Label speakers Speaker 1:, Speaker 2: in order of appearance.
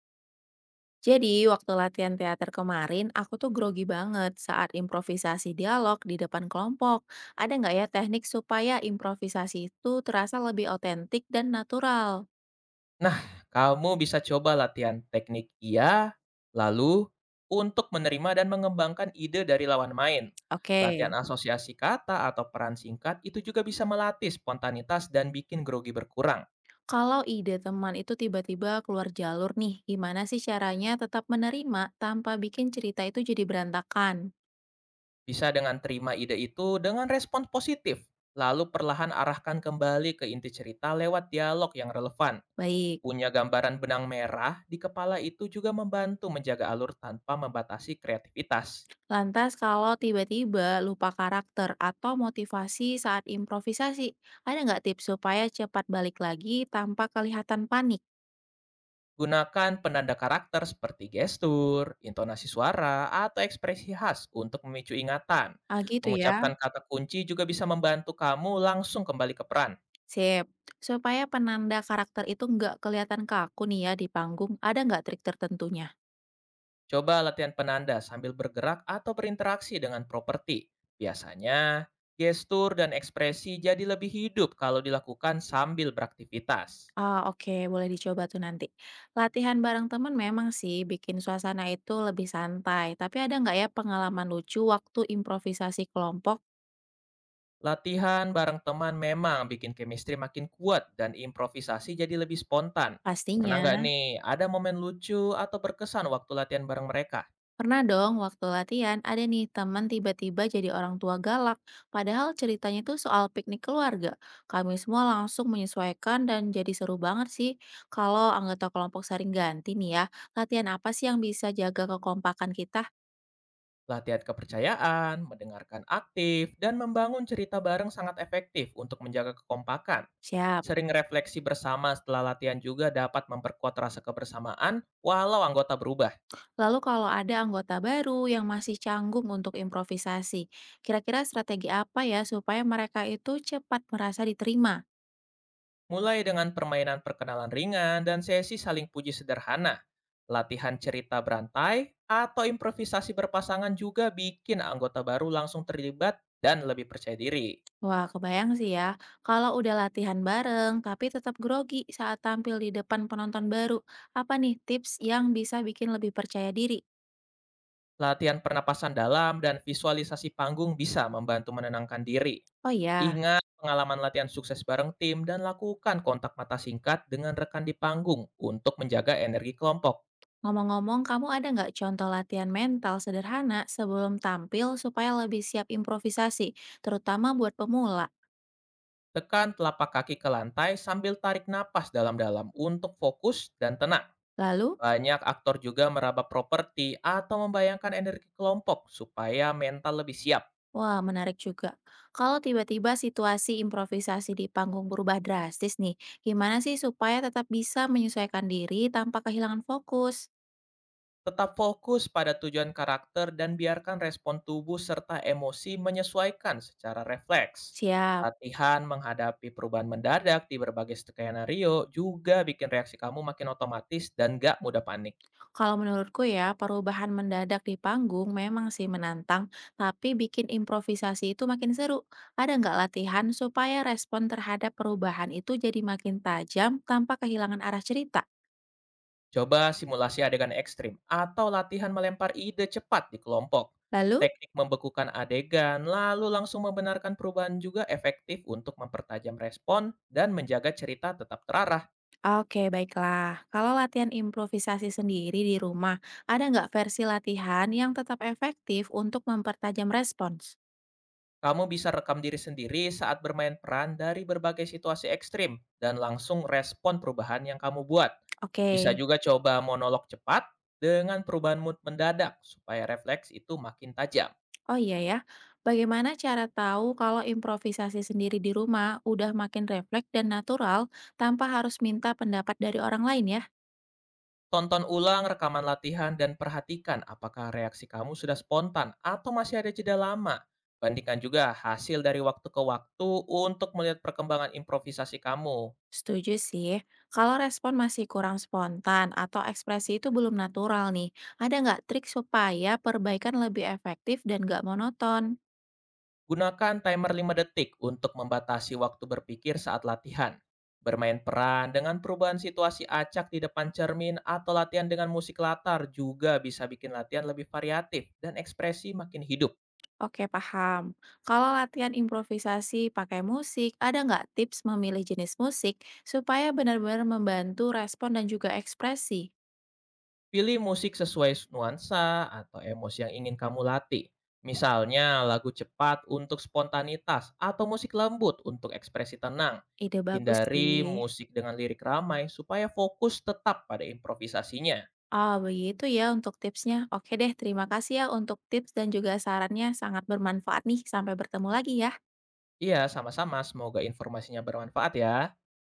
Speaker 1: Jadi, waktu latihan teater kemarin, aku tuh grogi banget saat improvisasi dialog di depan kelompok. Ada nggak ya teknik supaya improvisasi itu terasa lebih otentik dan natural?
Speaker 2: Nah, kamu bisa coba latihan teknik iya, lalu untuk menerima dan mengembangkan ide dari lawan main.
Speaker 1: Oke.
Speaker 2: Latihan asosiasi kata atau peran singkat itu juga bisa melatih spontanitas dan bikin grogi berkurang.
Speaker 1: Kalau ide teman itu tiba-tiba keluar jalur nih, gimana sih caranya tetap menerima tanpa bikin cerita itu jadi berantakan?
Speaker 2: Bisa dengan terima ide itu dengan respon positif, lalu perlahan arahkan kembali ke inti cerita lewat dialog yang relevan.
Speaker 1: Baik,
Speaker 2: Punya gambaran benang merah di kepala itu juga membantu menjaga alur tanpa membatasi kreativitas.
Speaker 1: lantas kalau tiba-tiba lupa karakter atau motivasi saat improvisasi, ada nggak tips supaya cepat balik lagi tanpa kelihatan panik?
Speaker 2: Gunakan penanda karakter seperti gestur, intonasi suara, atau ekspresi khas untuk memicu ingatan.
Speaker 1: Ah, gitu ya?
Speaker 2: Mengucapkan kata kunci juga bisa membantu kamu langsung kembali ke peran.
Speaker 1: Sip. Supaya penanda karakter itu nggak kelihatan kaku nih ya di panggung, ada nggak trik tertentunya?
Speaker 2: Coba latihan penanda sambil bergerak atau berinteraksi dengan properti. Biasanya, gestur dan ekspresi jadi lebih hidup kalau dilakukan sambil beraktivitas.
Speaker 1: Ah, oke, boleh dicoba tuh nanti. Latihan bareng temen memang sih bikin suasana itu lebih santai, tapi ada nggak ya pengalaman lucu waktu improvisasi kelompok?
Speaker 2: Latihan bareng teman memang bikin chemistry makin kuat dan improvisasi jadi lebih spontan. Pernah
Speaker 1: Pastinya.
Speaker 2: nggak nih ada momen lucu atau berkesan waktu latihan bareng mereka?
Speaker 1: Pernah dong waktu latihan ada nih teman tiba-tiba jadi orang tua galak. Padahal ceritanya itu soal piknik keluarga. Kami semua langsung menyesuaikan dan jadi seru banget sih. Kalau anggota kelompok sering ganti nih ya, latihan apa sih yang bisa jaga kekompakan kita?
Speaker 2: Latihan kepercayaan, mendengarkan aktif, dan membangun cerita bareng sangat efektif untuk menjaga kekompakan.
Speaker 1: Siap.
Speaker 2: Sering refleksi bersama setelah latihan juga dapat memperkuat rasa kebersamaan walau anggota berubah.
Speaker 1: Lalu kalau ada anggota baru yang masih canggung untuk improvisasi, kira-kira strategi apa ya supaya mereka itu cepat merasa diterima?
Speaker 2: Mulai dengan permainan perkenalan ringan dan sesi saling puji sederhana. Latihan cerita berantai atau improvisasi berpasangan juga bikin anggota baru langsung terlibat dan lebih percaya diri.
Speaker 1: Wah, kebayang sih ya, kalau udah latihan bareng tapi tetap grogi saat tampil di depan penonton baru, apa nih tips yang bisa bikin lebih percaya diri?
Speaker 2: Latihan pernapasan dalam dan visualisasi panggung bisa membantu menenangkan diri.
Speaker 1: Oh ya,
Speaker 2: Ingat pengalaman latihan sukses bareng tim dan lakukan kontak mata singkat dengan rekan di panggung untuk menjaga energi kelompok.
Speaker 1: ngomong-ngomong kamu ada nggak contoh latihan mental sederhana sebelum tampil supaya lebih siap improvisasi, terutama buat pemula?
Speaker 2: Tekan telapak kaki ke lantai sambil tarik napas dalam-dalam untuk fokus dan tenang.
Speaker 1: Lalu,
Speaker 2: Banyak aktor juga meraba properti atau membayangkan energi kelompok supaya mental lebih siap.
Speaker 1: wah menarik juga, kalau tiba-tiba situasi improvisasi di panggung berubah drastis nih, gimana sih supaya tetap bisa menyesuaikan diri tanpa kehilangan fokus?
Speaker 2: Tetap fokus pada tujuan karakter dan biarkan respon tubuh serta emosi menyesuaikan secara refleks.
Speaker 1: Siap.
Speaker 2: Latihan menghadapi perubahan mendadak di berbagai skenario juga bikin reaksi kamu makin otomatis dan gak mudah panik.
Speaker 1: Kalau menurutku ya, perubahan mendadak di panggung memang sih menantang, tapi bikin improvisasi itu makin seru. Ada nggak latihan supaya respon terhadap perubahan itu jadi makin tajam tanpa kehilangan arah cerita?
Speaker 2: Coba simulasi adegan ekstrim atau latihan melempar ide cepat di kelompok.
Speaker 1: Lalu?
Speaker 2: Teknik membekukan adegan, lalu langsung membenarkan perubahan juga efektif untuk mempertajam respon dan menjaga cerita tetap terarah.
Speaker 1: Oke, baiklah. Kalau latihan improvisasi sendiri di rumah, ada nggak versi latihan yang tetap efektif untuk mempertajam respons?
Speaker 2: Kamu bisa rekam diri sendiri saat bermain peran dari berbagai situasi ekstrim dan langsung respon perubahan yang kamu buat. Bisa
Speaker 1: Oke.
Speaker 2: juga coba monolog cepat dengan perubahan mood mendadak supaya refleks itu makin tajam.
Speaker 1: Oh iya ya, bagaimana cara tahu kalau improvisasi sendiri di rumah udah makin refleks dan natural tanpa harus minta pendapat dari orang lain ya?
Speaker 2: Tonton ulang rekaman latihan dan perhatikan apakah reaksi kamu sudah spontan atau masih ada jeda lama. Bandingkan juga hasil dari waktu ke waktu untuk melihat perkembangan improvisasi kamu.
Speaker 1: Setuju sih, kalau respon masih kurang spontan atau ekspresi itu belum natural nih, ada nggak trik supaya perbaikan lebih efektif dan nggak monoton?
Speaker 2: Gunakan timer 5 detik untuk membatasi waktu berpikir saat latihan. Bermain peran dengan perubahan situasi acak di depan cermin atau latihan dengan musik latar juga bisa bikin latihan lebih variatif dan ekspresi makin hidup.
Speaker 1: Oke paham, kalau latihan improvisasi pakai musik, ada nggak tips memilih jenis musik supaya benar-benar membantu respon dan juga ekspresi?
Speaker 2: Pilih musik sesuai nuansa atau emosi yang ingin kamu latih. Misalnya lagu cepat untuk spontanitas atau musik lembut untuk ekspresi tenang.
Speaker 1: Ide bagus
Speaker 2: Hindari
Speaker 1: sih.
Speaker 2: musik dengan lirik ramai supaya fokus tetap pada improvisasinya.
Speaker 1: Ah, begitu ya untuk tipsnya. Oke deh, terima kasih ya untuk tips dan juga sarannya. Sangat bermanfaat nih. Sampai bertemu lagi ya.
Speaker 2: Iya, sama-sama. Semoga informasinya bermanfaat ya.